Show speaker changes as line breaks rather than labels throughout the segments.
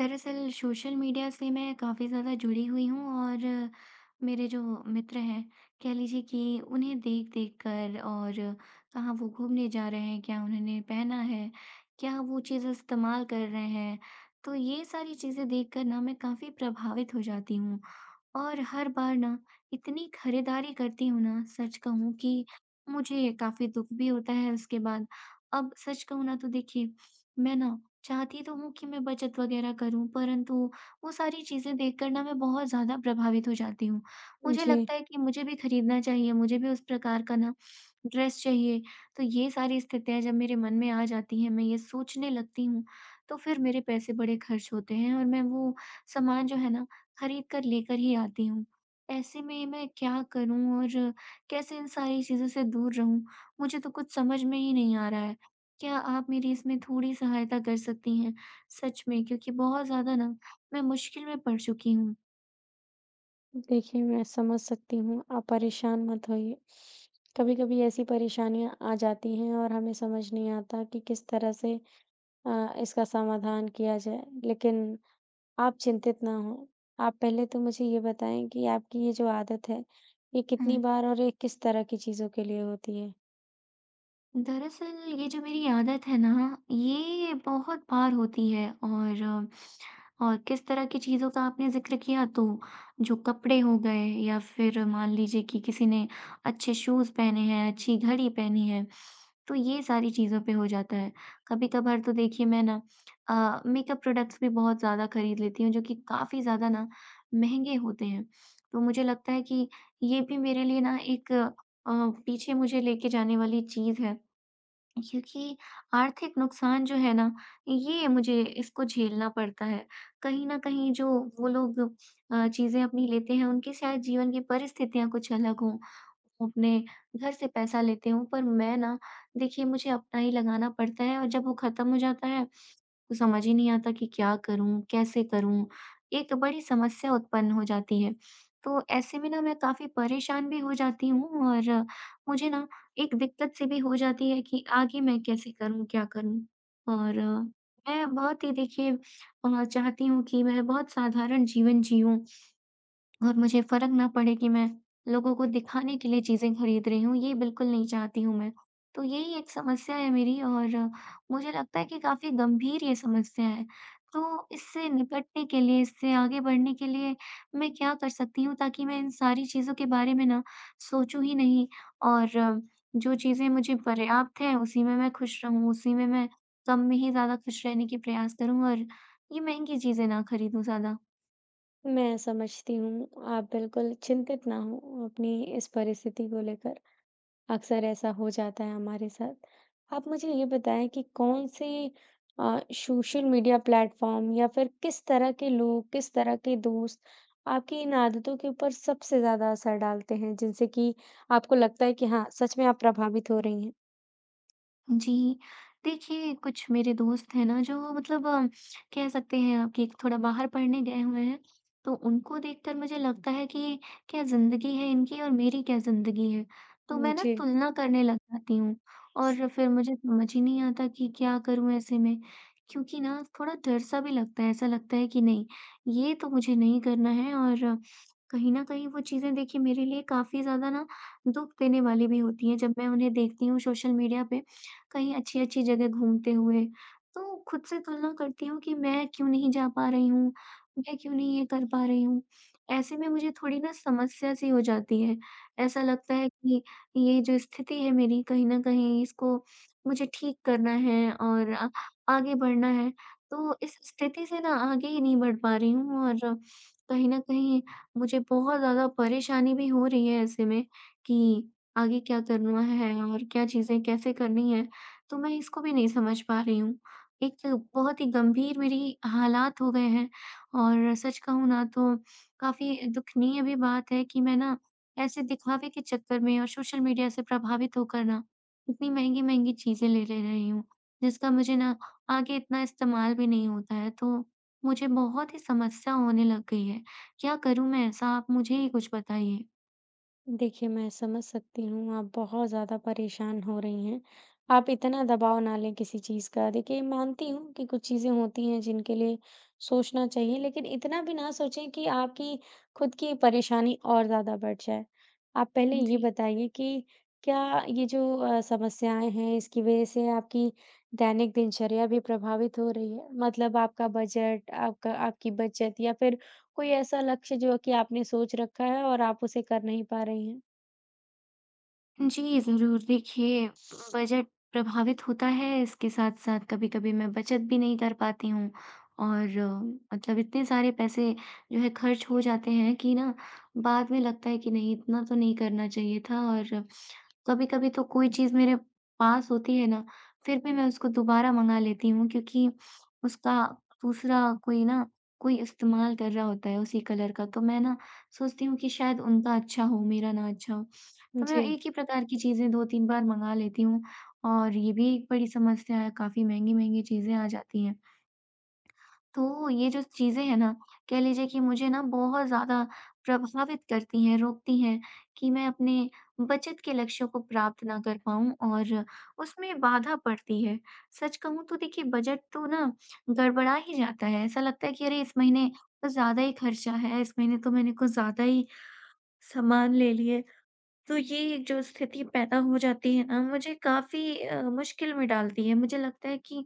दरअसल social media से मैं काफ़ी ज़्यादा जुड़ी हुई हूँ और मेरे जो मित्र हैं, कह लीजिए कि उन्हें देख-देख कर और कहाँ वो घूमने जा रहे हैं, क्या उन्होंने पहना है, क्या वो चीज़ें इस्तेमाल कर रहे हैं। तो ये सारी चीज़ें देख कर ना मैं काफ़ी प्रभावित हो जाती हूँ और हर बार ना इतनी खरीदारी करती हूँ ना, सच कहूँ कि मुझे काफ़ी दुःख भी होता है उसके बाद। अब सच कहूँ ना तो देखिए मैं ना चाहती तो हूँ कि मैं बचत वगैरह करूँ, परंतु वो सारी चीज़ें देखकर ना मैं बहुत ज़्यादा प्रभावित हो जाती हूँ। मुझे
जी,
लगता है कि मुझे भी खरीदना चाहिए, मुझे भी उस प्रकार का ना ड्रेस चाहिए। तो ये सारी स्थितियाँ जब मेरे मन में आ जाती हैं, मैं ये सोचने लगती हूँ, तो फिर मेरे पैसे बड़े खर्च होते हैं और मैं वो सामान जो है ना, खरीद कर लेकर ही आती हूँ। ऐसे में मैं क्या करूँ और कैसे इन सारी चीज़ों से दूर रहूँ? मुझे तो कुछ समझ में ही नहीं आ रहा है। क्या आप मेरी इसमें थोड़ी सहायता कर सकती हैं? सच में, क्योंकि बहुत ज़्यादा ना मैं मुश्किल में पड़ चुकी हूँ।
देखिए मैं समझ सकती हूँ, आप परेशान मत होइए। कभी-कभी ऐसी परेशानियाँ आ जाती हैं और हमें समझ नहीं आता कि किस तरह से इसका समाधान किया जाए, लेकिन आप चिंतित ना हों। आप पहले तो मुझे ये बताएँ कि आपकी ये जो आदत है, ये
हुँ।
कितनी बार और ये किस तरह की चीज़ों के लिए होती है?
दरअसल ये जो मेरी आदत है ना, ये बहुत बार होती है। और किस तरह की चीज़ों का आपने ज़िक्र किया, तो जो कपड़े हो गए या फिर मान लीजिए कि किसी ने अच्छे शूज़ पहने हैं, अच्छी घड़ी पहनी है, तो ये सारी चीज़ों पे हो जाता है। कभी-कभार तो देखिए मैं ना मेकअप प्रोडक्ट्स भी बहुत ज़्यादा खरीद लेती हूँ, जो कि काफ़ी ज़्यादा ना महँगे होते हैं। तो मुझे लगता है कि ये भी मेरे लिए ना एक पीछे मुझे लेके जाने वाली चीज़ है। क्योंकि आर्थिक नुकसान जो है ना, ये मुझे इसको झेलना पड़ता है। कहीं न कहीं जो वो लोग चीज़ें अपनी लेते हैं, उनकी शायद जीवन की परिस्थितियाँ कुछ अलग हों। वो अपने घर से पैसा लेते हों, पर मैं ना, देखिए मुझे अपना ही लगाना पड़ता है। और जब वो खत्म हो जाता है, को समझ ही नहीं आता कि क्या करूँ, कैसे करूँ? एक बड़ी समस्या उत्पन्न हो जाती है। तो ऐसे में ना मैं काफ़ी परेशान भी हो जाती हूँ और मुझे ना एक दिक्कत सी भी हो जाती है कि आगे मैं कैसे करूँ, क्या करूँ? और मैं बहुत ही देखिए चाहती हूँ कि मैं बहुत साधारण जीवन जियूँ। और मुझे फ़र्क ना पड़े कि मैं लोगों को दिखाने के लिए चीज़ें खरीद रही हूँ, ये बिल्कुल नहीं चाहती हूँ मैं। तो यही एक समस्या है मेरी और मुझे लगता है कि काफ़ी गंभीर ये समस्या है। तो इससे निपटने के लिए, इससे आगे बढ़ने के लिए मैं क्या कर सकती हूँ ताकि मैं इन सारी चीज़ों के बारे में ना सोचूँ ही नहीं, और जो चीज़ें मुझे पर्याप्त हैं, उसी में मैं खुश रहूँ, उसी में मैं कम में ही ज़्यादा खुश रहने की प्रयास करूँ और ये महँगी चीज़ें ना खरीदूँ ज़्यादा।
मैं समझती हूँ, आप बिल्कुल चिंतित ना हों अपनी इस परिस्थिति को लेकर। अक्सर ऐसा हो जाता है हमारे साथ। आप मुझे ये बताएँ कि कौन-से सोशल मीडिया प्लेटफ़ॉर्म या फिर किस तरह के लोग, किस तरह के दोस्त आपकी इन आदतों के ऊपर सबसे ज़्यादा असर डालते हैं, जिनसे कि आपको लगता है कि हाँ, सच में आप प्रभावित हो रही हैं?
जी। देखिए, कुछ मेरे दोस्त हैं ना, जो मतलब कह सकते हैं आप कि एक थोड़ा बाहर पढ़ने गए हुए हैं, तो उनको देखकर मुझे लगता है कि क्या ज़िंदगी है इनकी और मेरी क्या ज़िंदगी है। तो मैं
हुँ,
ना
जी।
तुलना करने लग जाती हूँ, और फिर मुझे समझ ही नहीं आता कि क्या करूँ ऐसे में? क्योंकि ना थोड़ा डर-सा भी लगता है, ऐसा लगता है कि नहीं, ये तो मुझे नहीं करना है। और कहीं न कहीं वो चीज़ें देखिए मेरे लिए काफ़ी ज़्यादा ना दुःख देने वाली भी होती हैं, जब मैं उन्हें देखती हूँ सोशल मीडिया पे। कहीं अच्छी-अच्छी जगह घूमते हुए। तो खुद से तुलना करती हूँ कि मैं क्यों नहीं जा पा रही हूँ, मैं क्यों नहीं ये कर पा रही हूँ। ऐसे में मुझे थोड़ी ना समस्या सी हो जाती है। ऐसा लगता है कि ये जो स्थिति है मेरी, कहीं न कहीं इसको मुझे ठीक करना है और आगे बढ़ना है। तो इस स्थिति से ना आगे ही नहीं बढ़ पा रही हूँ, और कहीं न कहीं मुझे बहुत ज़्यादा परेशानी भी हो रही है ऐसे में कि आगे क्या करना है और क्या चीज़ें कैसे करनी है। तो मैं इसको भी नहीं समझ पा रही हूँ। एक बहुत ही गंभीर मेरी हालात हो गए हैं, और सच कहूँ ना तो काफ़ी दुखनीय भी बात है कि मैं ना ऐसे दिखावे के चक्कर में और सोशल मीडिया से प्रभावित होकर ना इतनी महँगी-महँगी चीज़ें ले ले रही हूँ, जिसका मुझे ना आगे इतना इस्तेमाल भी नहीं होता है, तो मुझे बहुत ही समस्या होने लग गई है। क्या करूँ मैं ऐसा? आप मुझे ही कुछ बताइए।
देखिए, मैं समझ सकती हूँ आप बहुत ज़्यादा परेशान हो रही हैं। आप इतना दबाव ना लें किसी चीज़ का। देखिए, मानती हूँ कि कुछ चीज़ें होती हैं जिनके लिए सोचना चाहिए, लेकिन इतना भी ना सोचें कि आपकी खुद की परेशानी और ज़्यादा बढ़ जाए। आप पहले ये
जी।
बताइए कि क्या ये जो समस्याएँ हैं इसकी वज़ह से आपकी दैनिक दिनचर्या भी प्रभावित हो रही है? मतलब आपका बजट, आपका आपकी बचत या फिर कोई ऐसा लक्ष्य जो कि आपने सोच रखा है और आप उसे कर नहीं पा रही हैं?
जी, ज़रूर। देखिए, बजट प्रभावित होता है, इसके साथ-साथ कभी-कभी मैं बचत भी नहीं कर पाती हूँ। और मतलब इतने सारे पैसे जो है खर्च हो जाते हैं कि ना बाद में लगता है कि नहीं, इतना तो नहीं करना चाहिए था। और कभी-कभी तो कोई चीज़ मेरे पास होती है ना, फिर भी मैं उसको दोबारा मँगा लेती हूँ क्योंकि उसका दूसरा कोई ना कोई इस्तेमाल कर रहा होता है उसी कलर का, तो मैं ना सोचती हूँ कि शायद उनका अच्छा हो, मेरा ना अच्छा हो। तो मैं
जी,
एक ही प्रकार की चीज़ें 2-3 बार मँगा लेती हूँ, और ये भी एक बड़ी समस्या है, काफ़ी महँगी-महँगी चीज़ें आ जाती हैं। तो ये जो चीज़ें हैं ना, कह लीजिए कि मुझे ना बहुत ज़्यादा प्रभावित करती हैं, रोकती हैं कि मैं अपने बचत के लक्ष्यों को प्राप्त ना कर पाऊँ, और उसमें बाधा पड़ती है। सच कहूँ तो देखिए बजट तो ना गड़बड़ा ही जाता है, ऐसा लगता है कि अरे! इस महीने कुछ ज़्यादा ही खर्चा है, इस महीने तो मैंने कुछ ज़्यादा ही सामान ले लिए। तो ये जो स्थिति पैदा हो जाती है ना, मुझे काफ़ी मुश्किल में डालती है। मुझे लगता है कि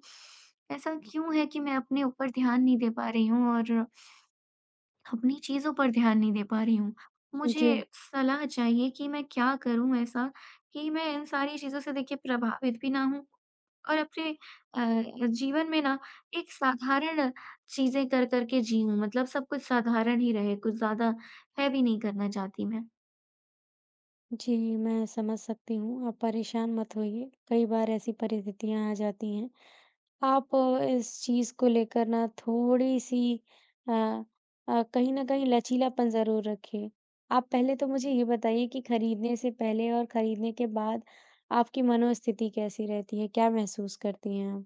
ऐसा क्यों है कि मैं अपने ऊपर ध्यान नहीं दे पा रही हूँ और अपनी चीज़ों पर ध्यान नहीं दे पा रही हूँ। मुझे
जी,
सलाह चाहिए कि मैं क्या करूँ ऐसा, कि मैं इन सारी चीज़ों से देखिए प्रभावित भी ना हूँ, और अपने जीवन में ना एक साधारण चीज़ें कर, कर के जीऊँ, मतलब सब कुछ साधारण ही रहे, कुछ ज़्यादा हैवी नहीं करना चाहती मैं।
जी, मैं समझ सकती हूँ, आप परेशान मत होइए, कई बार ऐसी परिस्थितियाँ आ जाती हैं। आप इस चीज़ को लेकर ना थोड़ी-सी अ कहीं न कहीं लचीलापन ज़रूर रखिए। आप पहले तो मुझे ये बताइए कि खरीदने से पहले और खरीदने के बाद आपकी मनोस्थिति कैसी रहती है? क्या महसूस करती हैं आप?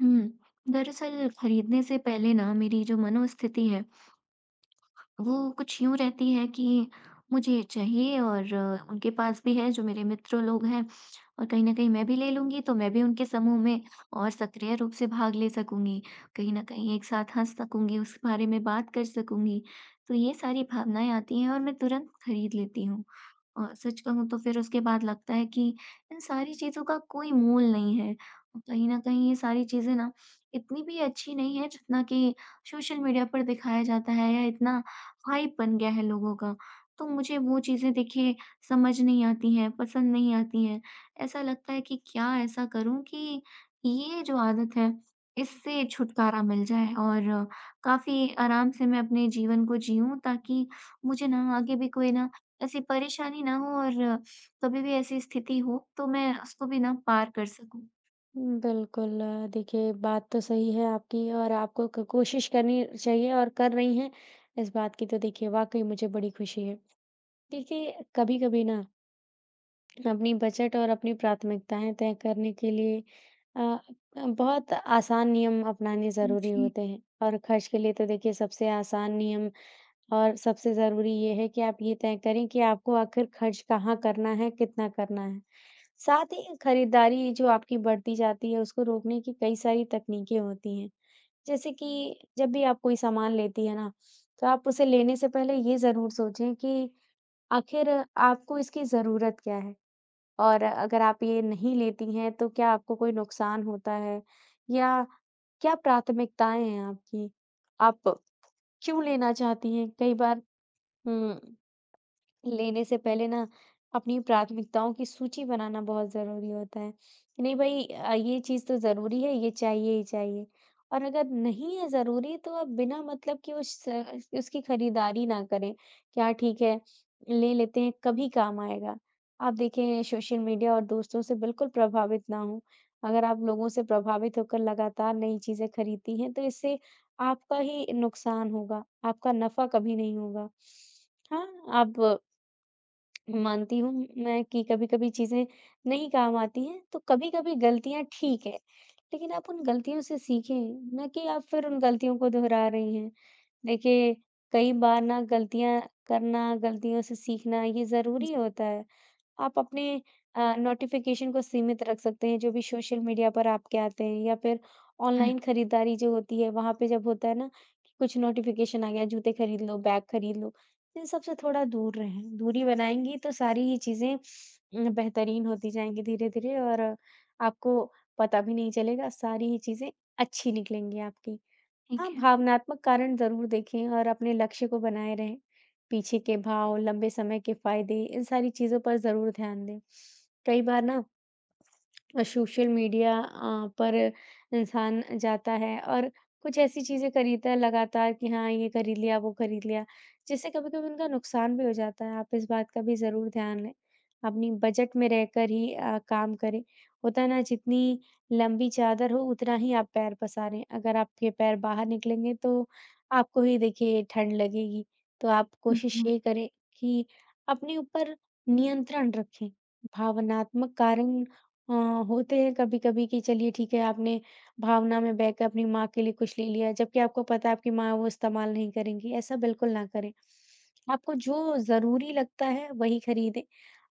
हुँ। दरअसल खरीदने से पहले ना मेरी जो मनोस्थिति है, वो कुछ यूँ रहती है कि मुझे चाहिए, और उनके पास भी है जो मेरे मित्र लोग हैं, और कहीं न कहीं मैं भी ले लूँगी तो मैं भी उनके समूह में और सक्रिय रूप से भाग ले सकूँगी। कहीं न कहीं एक साथ हँस सकूँगी, उस बारे में बात कर सकूँगी। तो ये सारी भावनाएँ आती हैं और मैं तुरंत खरीद लेती हूँ। और सच कहूँ तो फिर उसके बाद लगता है कि इन सारी चीज़ों का कोई मोल नहीं है। और कहीं न कहीं ये सारी चीज़ें ना इतनी भी अच्छी नहीं है जितना कि सोशल मीडिया पर दिखाया जाता है, या इतना हाइप बन गया है लोगों का। तो मुझे वो चीज़ें देखिए समझ नहीं आती हैं, पसंद नहीं आती हैं। ऐसा लगता है कि क्या ऐसा करूँ कि ये जो आदत है, इससे छुटकारा मिल जाए और काफ़ी आराम से मैं अपने जीवन को जीऊँ, ताकि मुझे ना आगे भी कोई ना ऐसी परेशानी ना हो, और कभी भी ऐसी स्थिति हो तो मैं उसको भी ना पार कर सकूँ।
हुँ, बिल्कुल। देखिए, बात तो सही है आपकी और आपको क कोशिश करनी चाहिए और कर रही हैं, इस बात की तो देखिए वाक़ई मुझे बड़ी खुशी है। देखिए, कभी-कभी ना अपनी बजट और अपनी प्राथमिकताएँ तय करने के लिए अ बहुत आसान नियम अपनाने ज़रूरी
जी,
होते हैं और खर्च के लिए तो देखिए सबसे आसान नियम और सबसे ज़रूरी ये है कि आप ये तय करें कि आपको आखिर खर्च कहाँ करना है, कितना करना है। साथ ही खरीदारी जो आपकी बढ़ती जाती है, उसको रोकने की कई सारी तकनीकें होती हैं। जैसे कि जब भी आप कोई सामान लेती हैं ना, तो आप उसे लेने से पहले ये ज़रूर सोचें कि आखिर आपको इसकी ज़रूरत क्या है? और अगर आप ये नहीं लेती हैं, तो क्या आपको कोई नुकसान होता है या क्या प्राथमिकताएँ हैं आपकी? आप क्यों लेना चाहती हैं? कई बार हुँ। लेने से पहले ना अपनी प्राथमिकताओं की सूची बनाना बहुत ज़रूरी होता है। कि नहीं भई ये चीज़ तो ज़रूरी है, ये चाहिए ही चाहिए और अगर नहीं है ज़रूरी तो आप बिना मतलब की उस उसकी खरीदारी ना करें कि हाँ ठीक है, ले लेते हैं कभी काम आएगा। आप देखें सोशल मीडिया और दोस्तों से बिल्कुल प्रभावित ना हों। अगर आप लोगों से प्रभावित होकर लगातार नई चीज़ें खरीदती हैं तो इससे आपका ही नुकसान होगा, आपका नफ़ा कभी नहीं होगा। हाँ, आप मानती हूँ मैं कि कभी-कभी चीज़ें नहीं काम आती हैं, तो कभी-कभी गलतियाँ ठीक है, लेकिन आप उन गलतियों से सीखें, ना कि आप फिर उन गलतियों को दोहरा रही हैं। देखिए, कई बार ना गलतियाँ करना, गलतियों से सीखना ये ज़रूरी
जी।
होता है। आप अपने नोटिफ़िकेशन को सीमित रख सकते हैं, जो भी सोशल मीडिया पर आपके आते हैं या फिर
हुँ,
ऑनलाइन खरीदारी जो होती है, वहाँ पे जब होता है ना कि कुछ नोटिफ़िकेशन आ गया, जूते खरीद लो, बैग खरीद लो, तो इन सब से थोड़ा दूर रहें। दूरी बनाएँगी तो सारी ये चीज़ें बेहतरीन होती जाएँगी धीरे-धीरे और आपको पता भी नहीं चलेगा, सारी ही चीज़ें अच्छी निकलेंगी आपकी।
ठीक
हाँ,
है।
भावनात्मक कारण ज़रूर देखें और अपने लक्ष्य को बनाए रहें। पीछे के भाव, लंबे समय के फ़ायदे, इन सारी चीज़ों पर ज़रूर ध्यान दें। कई बार ना, सोशल मीडिया पर इंसान जाता है और कुछ ऐसी चीज़ें खरीदता है लगातार कि हाँ, ये खरीद लिया, वो खरीद लिया, जिससे कभी-कभी उनका नुकसान भी हो जाता है। आप इस बात का भी ज़रूर ध्यान लें। अपनी बजट में रहकर ही काम करें। होता है ना, जितनी लंबी चादर हो, उतना ही आप पैर पसारें। अगर आपके पैर बाहर निकलेंगे, तो आपको ही देखिए ठंड लगेगी। तो आप
हुँ,
कोशिश
हुँ,
ये करें कि अपने ऊपर नियंत्रण रखें। भावनात्मक कारण अ, होते हैं कभी-कभी कि चलिए ठीक है आपने भावना में बह के अपनी माँ के लिए कुछ ले लिया, जबकि आपको पता है आपकी माँ वो इस्तेमाल नहीं करेंगी, ऐसा बिल्कुल ना करें। आपको जो ज़रूरी लगता है वही खरीदें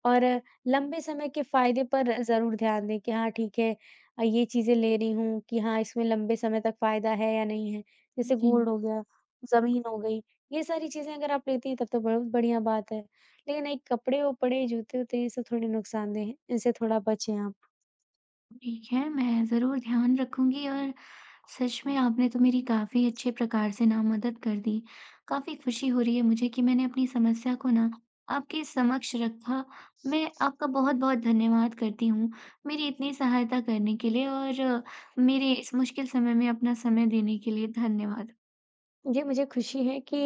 और लंबे समय के फ़ायदे पर ज़रूर ध्यान दें कि हाँ ठीक है ये चीज़ें ले रही हूँ कि हाँ इसमें लंबे समय तक फ़ायदा है या नहीं है। जैसे
जी।
गोल्ड हो गया, ज़मीन हो गई, ये सारी चीज़ें अगर आप लेती हैं तब तो बहुत बढ़िया बात है। लेकिन एक कपड़े-वपड़े, जूते-वूते ये सब थोड़े नुकसानदेह हैं, इनसे थोड़ा बचें आप।
ठीक है, मैं ज़रूर ध्यान रखूँगी, और सच में आपने तो मेरी काफ़ी अच्छे प्रकार से ना मदद कर दी। काफ़ी खुशी हो रही है मुझे कि मैंने अपनी समस्या को ना आपके समक्ष रखा। मैं आपका बहुत-बहुत धन्यवाद करती हूँ, मेरी इतनी सहायता करने के लिए, और मेरे इस मुश्किल समय में अपना समय देने के लिए धन्यवाद।
जी, मुझे खुशी है कि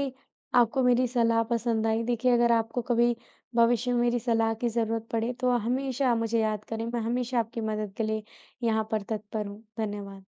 आपको मेरी सलाह पसंद आई। देखिए, अगर आपको कभी भविष्य में मेरी सलाह की ज़रूरत पड़े, तो हमेशा मुझे याद करें। मैं हमेशा आपकी मदद के लिए यहाँ पर तत्पर हूँ। धन्यवाद।